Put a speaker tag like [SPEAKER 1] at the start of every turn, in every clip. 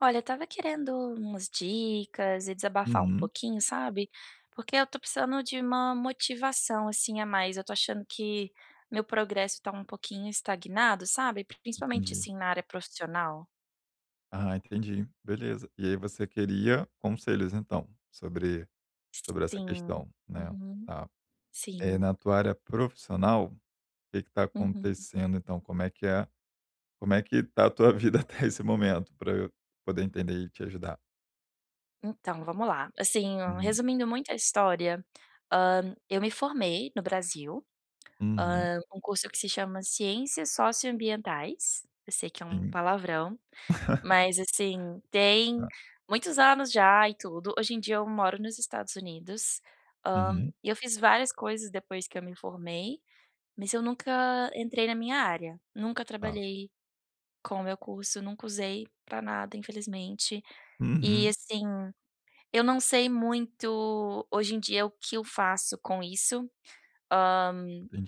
[SPEAKER 1] Olha, eu estava querendo umas dicas e desabafar um
[SPEAKER 2] Uhum,
[SPEAKER 1] pouquinho, sabe? Porque eu tô precisando de uma motivação, assim, a mais. Eu tô achando que meu progresso tá um pouquinho estagnado, sabe? Principalmente,
[SPEAKER 2] entendi.
[SPEAKER 1] assim, na área profissional.
[SPEAKER 2] Ah, entendi. Beleza. E aí você queria conselhos então, sobre essa
[SPEAKER 1] Sim.
[SPEAKER 2] questão, né.
[SPEAKER 1] Uhum.
[SPEAKER 2] Tá. É
[SPEAKER 1] Sim.
[SPEAKER 2] na tua área profissional, o que está
[SPEAKER 1] Uhum.
[SPEAKER 2] acontecendo então? Como é que é como é que tá a tua vida até esse momento para eu poder entender e te ajudar?
[SPEAKER 1] Então, vamos lá. Assim,
[SPEAKER 2] Uhum,
[SPEAKER 1] resumindo muito a história, eu me formei no Brasil,
[SPEAKER 2] uhum,
[SPEAKER 1] um curso que se chama Ciências Socioambientais. Eu sei que é um
[SPEAKER 2] sim,
[SPEAKER 1] palavrão. Mas, assim, tem
[SPEAKER 2] tá.
[SPEAKER 1] muitos anos já e tudo. Hoje em dia eu moro nos Estados Unidos,
[SPEAKER 2] Uhum,
[SPEAKER 1] e eu fiz várias coisas depois que eu me formei, mas eu nunca entrei na minha área. Nunca
[SPEAKER 2] tá.
[SPEAKER 1] trabalhei com o meu curso, nunca usei pra nada, infelizmente. E,
[SPEAKER 2] Uhum,
[SPEAKER 1] assim, eu não sei muito hoje em dia o que eu faço com isso. Hã,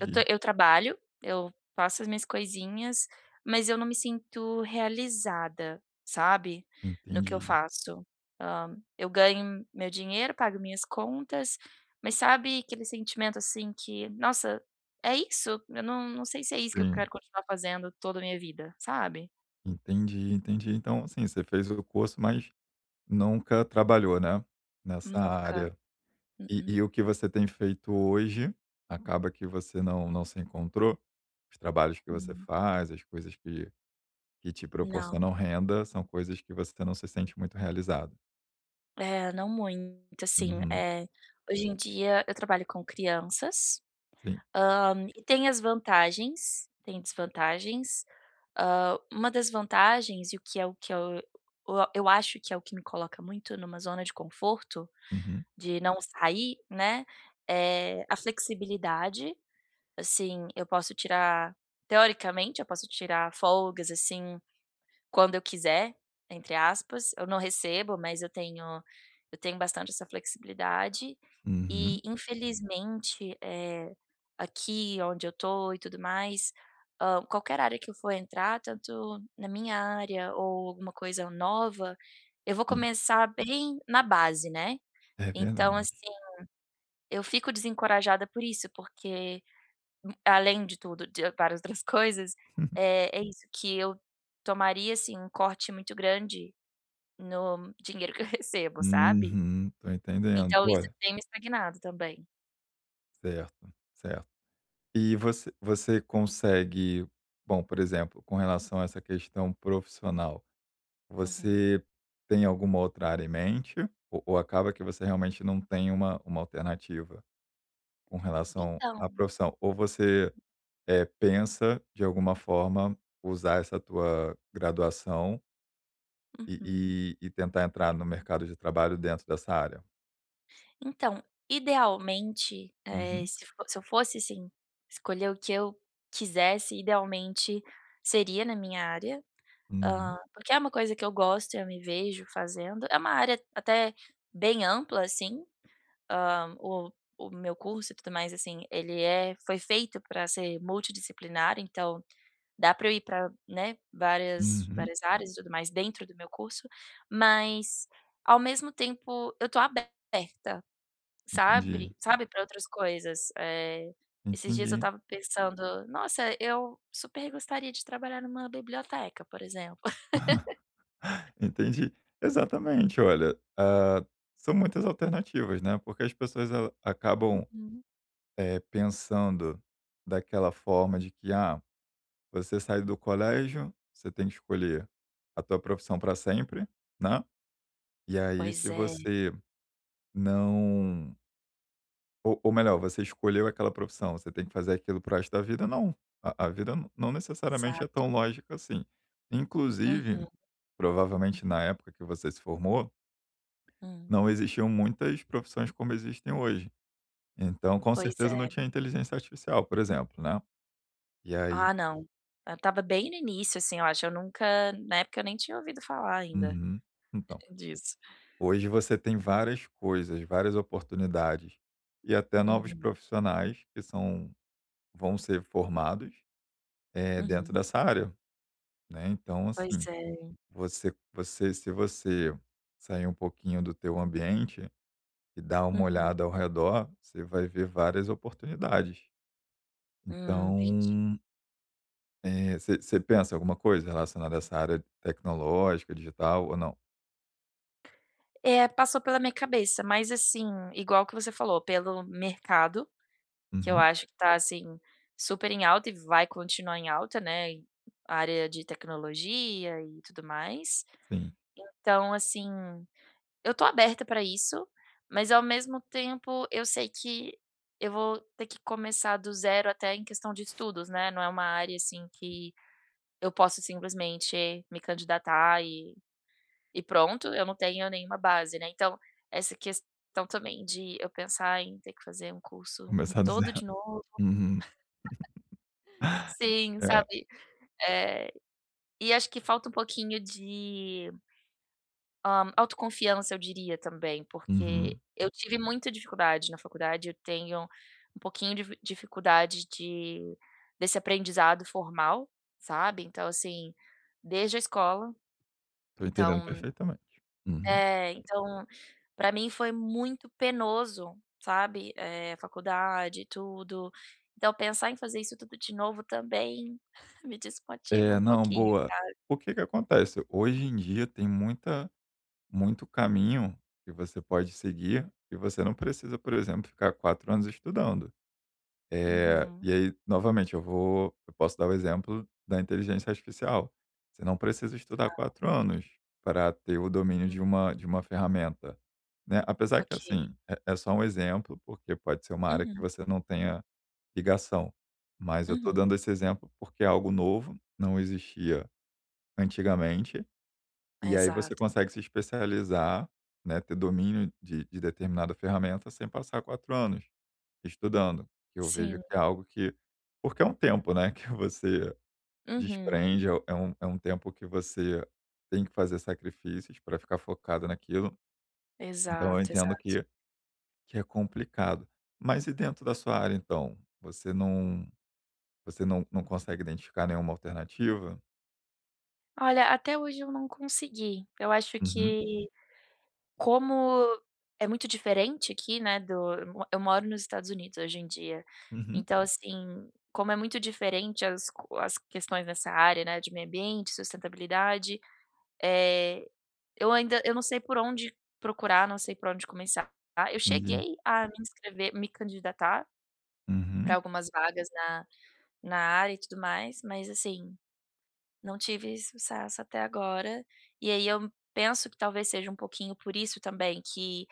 [SPEAKER 1] eu tô eu trabalho, eu faço as minhas coisinhas, mas eu não me sinto realizada, sabe, no que eu
[SPEAKER 2] entendi.
[SPEAKER 1] faço. Eu ganho meu dinheiro, pago minhas contas, mas sabe aquele sentimento, assim, que: "Nossa, é isso? Eu não sei se é isso que eu
[SPEAKER 2] Sim,
[SPEAKER 1] quero continuar fazendo toda a minha vida", sabe?
[SPEAKER 2] entendi, entendi. Então, assim, você fez o curso, mas nunca trabalhou, né, nessa
[SPEAKER 1] Nunca.
[SPEAKER 2] área.
[SPEAKER 1] Mm-mm.
[SPEAKER 2] E o que você tem feito hoje, acaba que você não se encontrou? Os trabalhos que você
[SPEAKER 1] Hum,
[SPEAKER 2] faz, as coisas que te
[SPEAKER 1] não.
[SPEAKER 2] proporcionam renda, são coisas que você não se sente muito realizado.
[SPEAKER 1] É, não muito, assim,
[SPEAKER 2] Uhum,
[SPEAKER 1] é, hoje em dia eu trabalho com crianças.
[SPEAKER 2] sim.
[SPEAKER 1] E tem as vantagens, tem desvantagens. Uma das vantagens e o que eu acho que é o que me coloca muito numa zona de conforto,
[SPEAKER 2] Uhum,
[SPEAKER 1] de não sair, né, é a flexibilidade, assim, eu posso tirar teoricamente, eu posso tirar folgas, assim, quando eu quiser, entre aspas, eu não recebo, mas eu tenho bastante essa flexibilidade. E
[SPEAKER 2] uhum,
[SPEAKER 1] infelizmente, aqui onde eu tô e tudo mais, qualquer área que eu for entrar, tanto na minha área ou alguma coisa nova, eu vou
[SPEAKER 2] sim.
[SPEAKER 1] começar bem na base, né.
[SPEAKER 2] É
[SPEAKER 1] Então
[SPEAKER 2] verdade.
[SPEAKER 1] assim, eu fico desencorajada por isso, porque além de tudo, de várias outras coisas, é isso, que eu tomaria, assim, um corte muito grande no dinheiro que eu recebo, sabe.
[SPEAKER 2] Uhum, tô entendendo.
[SPEAKER 1] Então isso
[SPEAKER 2] Olha,
[SPEAKER 1] tem me estagnado também.
[SPEAKER 2] certo, certo. E você consegue, bom, por exemplo, com relação a essa questão profissional.
[SPEAKER 1] Uhum.
[SPEAKER 2] Você tem alguma outra área em mente, ou acaba que você realmente não tem uma alternativa com relação à
[SPEAKER 1] Então,
[SPEAKER 2] profissão? Ou você, pensa de alguma forma usar essa tua graduação
[SPEAKER 1] uhum.
[SPEAKER 2] e tentar entrar no mercado de trabalho dentro dessa área?
[SPEAKER 1] Então, idealmente,
[SPEAKER 2] Uhum,
[SPEAKER 1] se eu fosse, assim, escolher o que eu quisesse, idealmente seria na minha área,
[SPEAKER 2] uhum,
[SPEAKER 1] porque é uma coisa que eu gosto e eu me vejo fazendo. É uma área até bem ampla, assim, hã, o meu curso e tudo mais, assim, ele foi feito para ser multidisciplinar, então dá para eu ir para, né, várias
[SPEAKER 2] uhum.
[SPEAKER 1] várias áreas e tudo mais dentro do meu curso, mas ao mesmo tempo eu tô aberta,
[SPEAKER 2] Entendi,
[SPEAKER 1] sabe, para outras coisas. Esses dias eu
[SPEAKER 2] entendi,
[SPEAKER 1] tava pensando: "Nossa, eu super gostaria de trabalhar numa biblioteca", por exemplo.
[SPEAKER 2] entendi. Exatamente, olha, são muitas alternativas, né, porque as pessoas ela acabam,
[SPEAKER 1] Uhum.
[SPEAKER 2] pensando daquela forma de que, ah, você sai do colégio, você tem que escolher a tua profissão para sempre, né? E aí
[SPEAKER 1] Pois
[SPEAKER 2] se
[SPEAKER 1] é,
[SPEAKER 2] você não, ou, ou melhor, você escolheu aquela profissão, você tem que fazer aquilo pro resto da vida, não. A vida não necessariamente é tão
[SPEAKER 1] exato.
[SPEAKER 2] lógica assim. Inclusive,
[SPEAKER 1] Uhum,
[SPEAKER 2] provavelmente na época que você se formou,
[SPEAKER 1] hum.
[SPEAKER 2] não existiam muitas profissões como existem hoje. Então, com
[SPEAKER 1] Pois
[SPEAKER 2] certeza não
[SPEAKER 1] é.
[SPEAKER 2] tinha inteligência artificial, por exemplo, né? E aí.
[SPEAKER 1] Ah, não. Eu estava bem no início, assim, eu acho. Eu nunca na época eu nem tinha ouvido falar ainda
[SPEAKER 2] Uhum. Então,
[SPEAKER 1] disso.
[SPEAKER 2] hoje você tem várias coisas, várias oportunidades e até novos
[SPEAKER 1] Uhum,
[SPEAKER 2] profissionais que são vão ser formados, dentro
[SPEAKER 1] uhum.
[SPEAKER 2] dessa área, né. Então,
[SPEAKER 1] Pois
[SPEAKER 2] assim,
[SPEAKER 1] é.
[SPEAKER 2] você você se você sair um pouquinho do teu ambiente e dar uma
[SPEAKER 1] Uhum.
[SPEAKER 2] olhada ao redor, você vai ver várias oportunidades.
[SPEAKER 1] Entendi.
[SPEAKER 2] Então, você pensa em alguma coisa relacionada a essa área tecnológica, digital ou não?
[SPEAKER 1] É, passou pela minha cabeça, mas, assim, igual que você falou, pelo mercado, que eu
[SPEAKER 2] Uhum,
[SPEAKER 1] acho que tá, assim, super em alta e vai continuar em alta, né, e área de tecnologia e tudo mais.
[SPEAKER 2] sim,
[SPEAKER 1] Então, assim, eu tô aberta pra isso, mas ao mesmo tempo eu sei que eu vou ter que começar do zero até em questão de estudos, né, não é uma área, assim, que eu posso simplesmente me candidatar e pronto, eu não tenho nenhuma base, né. Então, essa questão também de eu pensar em ter que fazer um curso
[SPEAKER 2] começar do
[SPEAKER 1] todo
[SPEAKER 2] zero.
[SPEAKER 1] de novo,
[SPEAKER 2] Uhum.
[SPEAKER 1] sim, sabe. Eh, e acho que falta um pouquinho de autoconfiança, eu diria, também, porque
[SPEAKER 2] Uhum.
[SPEAKER 1] eu tive muita dificuldade na faculdade, eu tenho um pouquinho de dificuldade de desse aprendizado formal, sabe, então assim, desde a escola,
[SPEAKER 2] Tô entendendo
[SPEAKER 1] então
[SPEAKER 2] perfeitamente. Uhum.
[SPEAKER 1] então pra mim foi muito penoso, sabe, faculdade e tudo, então pensar em fazer isso tudo de novo também me desmotiva
[SPEAKER 2] É,
[SPEAKER 1] um
[SPEAKER 2] não,
[SPEAKER 1] pouquinho.
[SPEAKER 2] boa. O que que acontece? Hoje em dia tem muita muito caminho que você pode seguir e você não precisa, por exemplo, ficar 4 anos estudando. Eh,
[SPEAKER 1] Uhum,
[SPEAKER 2] e aí, novamente, eu posso dar o exemplo da inteligência artificial. Você não precisa estudar 4 anos para ter o domínio de
[SPEAKER 1] hum,
[SPEAKER 2] uma ferramenta, né. Apesar que,
[SPEAKER 1] ok.
[SPEAKER 2] assim, é só um exemplo, porque pode ser uma área que
[SPEAKER 1] Uhum,
[SPEAKER 2] você não tenha ligação. Mas eu estou
[SPEAKER 1] uhum,
[SPEAKER 2] dando esse exemplo porque é algo novo, não existia antigamente, e aí você
[SPEAKER 1] exato,
[SPEAKER 2] consegue se especializar, né, ter domínio de determinada ferramenta sem passar 4 anos estudando, que eu vejo
[SPEAKER 1] sim.
[SPEAKER 2] que é algo que, porque é um tempo, né, que você
[SPEAKER 1] Uhum.
[SPEAKER 2] desprende, é um tempo que você tem que fazer sacrifícios para ficar focado naquilo, então eu
[SPEAKER 1] Exato,
[SPEAKER 2] entendo
[SPEAKER 1] exato.
[SPEAKER 2] que é complicado. Mas e dentro da sua área então? Você não consegue identificar nenhuma alternativa?
[SPEAKER 1] Olha, até hoje eu não consegui. Eu acho
[SPEAKER 2] Uhum,
[SPEAKER 1] que como é muito diferente aqui, né, do eu mo eu moro nos Estados Unidos hoje em dia,
[SPEAKER 2] uhum,
[SPEAKER 1] então, assim, como é muito diferente as questões nessa área, né, de meio ambiente, sustentabilidade, eh, eu não sei por onde procurar, não sei por onde começar. Eu
[SPEAKER 2] entendi.
[SPEAKER 1] cheguei a me inscrever me candidatar pra
[SPEAKER 2] Uhum,
[SPEAKER 1] algumas vagas na área e tudo mais, mas assim, não tive sucesso até agora, e aí eu penso que talvez seja um pouquinho por isso também que,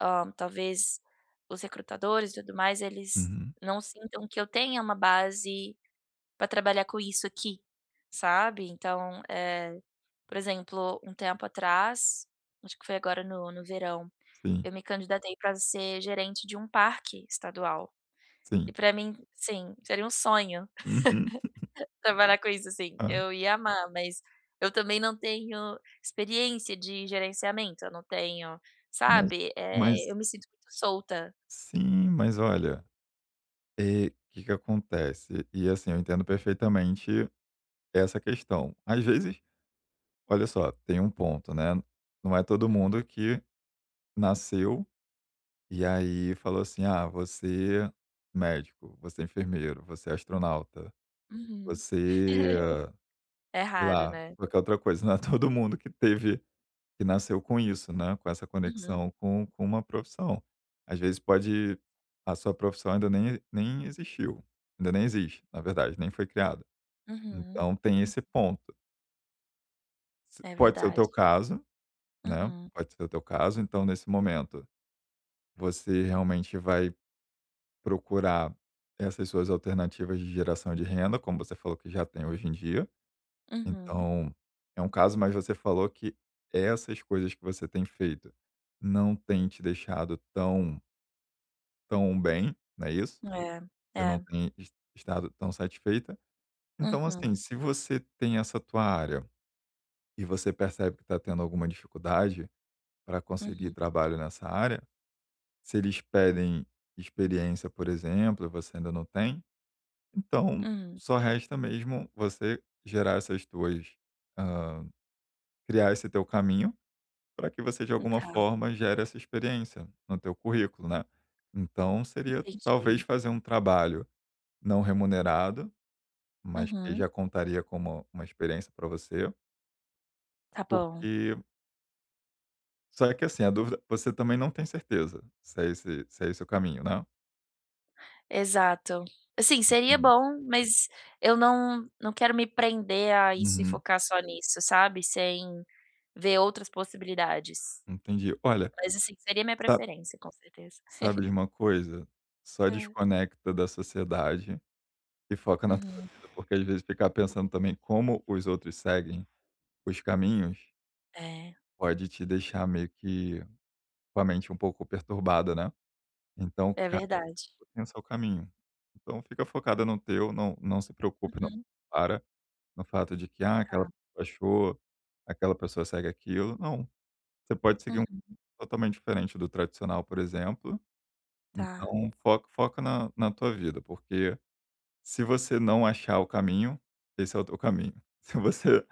[SPEAKER 1] talvez os recrutadores e tudo mais, eles
[SPEAKER 2] uhum.
[SPEAKER 1] não sintam que eu tenha uma base pra trabalhar com isso aqui, sabe. Então, por exemplo, um tempo atrás, acho que foi agora no verão,
[SPEAKER 2] Sim,
[SPEAKER 1] eu me candidatei pra ser gerente de um parque estadual, e
[SPEAKER 2] sim.
[SPEAKER 1] pra mim, seria um sonho
[SPEAKER 2] Uhum.
[SPEAKER 1] trabalhar com isso, assim,
[SPEAKER 2] Ah,
[SPEAKER 1] eu ia amar, mas eu também não tenho experiência de gerenciamento, eu não tenho,
[SPEAKER 2] mas
[SPEAKER 1] sabe, eu
[SPEAKER 2] mas
[SPEAKER 1] me sinto muito solta.
[SPEAKER 2] sim, mas olha, é, o que que acontece? E assim, eu entendo perfeitamente essa questão. Às vezes, olha só, tem um ponto, né, não é todo
[SPEAKER 1] Uhum,
[SPEAKER 2] mundo que nasceu e aí falou assim: "Ah, você é médico, você é enfermeiro, você é astronauta,
[SPEAKER 1] uhum.
[SPEAKER 2] você."
[SPEAKER 1] É
[SPEAKER 2] Sei
[SPEAKER 1] raro,
[SPEAKER 2] lá,
[SPEAKER 1] né?
[SPEAKER 2] qualquer outra coisa, não é todo mundo que teve que nasceu com isso, né, com essa
[SPEAKER 1] Uhum,
[SPEAKER 2] conexão com uma profissão. Às vezes pode a sua profissão ainda nem existiu, ainda nem existe, na verdade, nem foi criada.
[SPEAKER 1] uhum,
[SPEAKER 2] Então tem
[SPEAKER 1] hum.
[SPEAKER 2] esse ponto. S
[SPEAKER 1] É
[SPEAKER 2] Pode ser o
[SPEAKER 1] verdade.
[SPEAKER 2] teu caso, né,
[SPEAKER 1] Uhum,
[SPEAKER 2] pode ser o teu caso, então nesse momento, você realmente vai procurar essas suas alternativas de geração de renda, como você falou que já tem hoje em dia.
[SPEAKER 1] uhum.
[SPEAKER 2] Então, é um caso, mas você falou que essas coisas que você tem feito não tem te deixado tão tão bem, não é isso?
[SPEAKER 1] É,
[SPEAKER 2] Você não
[SPEAKER 1] é.
[SPEAKER 2] tem es estado tão satisfeita. Então,
[SPEAKER 1] Uhum,
[SPEAKER 2] assim, se você tem essa tua área e você percebe que está tendo alguma dificuldade para conseguir
[SPEAKER 1] uhum,
[SPEAKER 2] trabalho nessa área, se eles pedem experiência, por exemplo, e você ainda não tem, então
[SPEAKER 1] hum,
[SPEAKER 2] só resta mesmo você gerar essas tuas, hã, criar esse teu caminho para que você de alguma
[SPEAKER 1] tá,
[SPEAKER 2] forma gere essa experiência no teu currículo, né. Então seria talvez
[SPEAKER 1] entendi.
[SPEAKER 2] fazer um trabalho não remunerado, mas que
[SPEAKER 1] Uhum,
[SPEAKER 2] já contaria como uma experiência para você,
[SPEAKER 1] tá bom.
[SPEAKER 2] porque, só que assim, a dúvida, você também não tem certeza se é esse, se é esse o caminho, né.
[SPEAKER 1] Exato. Assim, seria
[SPEAKER 2] Entendi.
[SPEAKER 1] bom, mas eu não quero me prender a isso e
[SPEAKER 2] Uhum,
[SPEAKER 1] focar só nisso, sabe, sem ver outras possibilidades.
[SPEAKER 2] entendi. Olha,
[SPEAKER 1] Mas, assim, seria minha
[SPEAKER 2] sa
[SPEAKER 1] preferência, com certeza.
[SPEAKER 2] sabe de uma coisa? Só
[SPEAKER 1] É.
[SPEAKER 2] desconecta da sociedade e foca na tua
[SPEAKER 1] Uhum.
[SPEAKER 2] vida, porque às vezes ficar pensando também como os outros seguem os caminhos
[SPEAKER 1] É,
[SPEAKER 2] pode te deixar meio que com a mente um pouco perturbada, né. Então
[SPEAKER 1] é
[SPEAKER 2] cada
[SPEAKER 1] verdade.
[SPEAKER 2] um tem o seu caminho. Então fica focada no teu, não não se preocupe, não
[SPEAKER 1] Uhum.
[SPEAKER 2] para no fato de que, ah, aquela
[SPEAKER 1] Tá.
[SPEAKER 2] pessoa achou, aquela pessoa segue aquilo, não. Você pode seguir um
[SPEAKER 1] Uhum.
[SPEAKER 2] caminho totalmente diferente do tradicional, por exemplo,
[SPEAKER 1] Tá.
[SPEAKER 2] então foca foca na na tua vida, porque se você não achar o caminho, esse é o teu caminho. Se você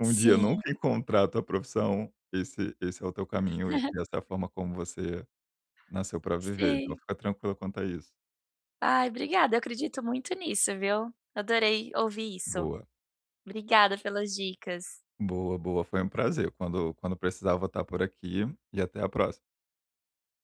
[SPEAKER 2] um dia
[SPEAKER 1] Sim.
[SPEAKER 2] nunca encontrar a tua profissão, esse esse é o teu caminho e essa é a forma como você nasceu para viver, então
[SPEAKER 1] Sim.
[SPEAKER 2] fica tranquila quanto a isso.
[SPEAKER 1] Ai, obrigada, eu acredito muito nisso, viu. Adorei ouvir isso.
[SPEAKER 2] Boa,
[SPEAKER 1] Obrigada pelas dicas.
[SPEAKER 2] boa, foi um prazer. Quando quando precisar, eu vou estar por aqui e até a próxima.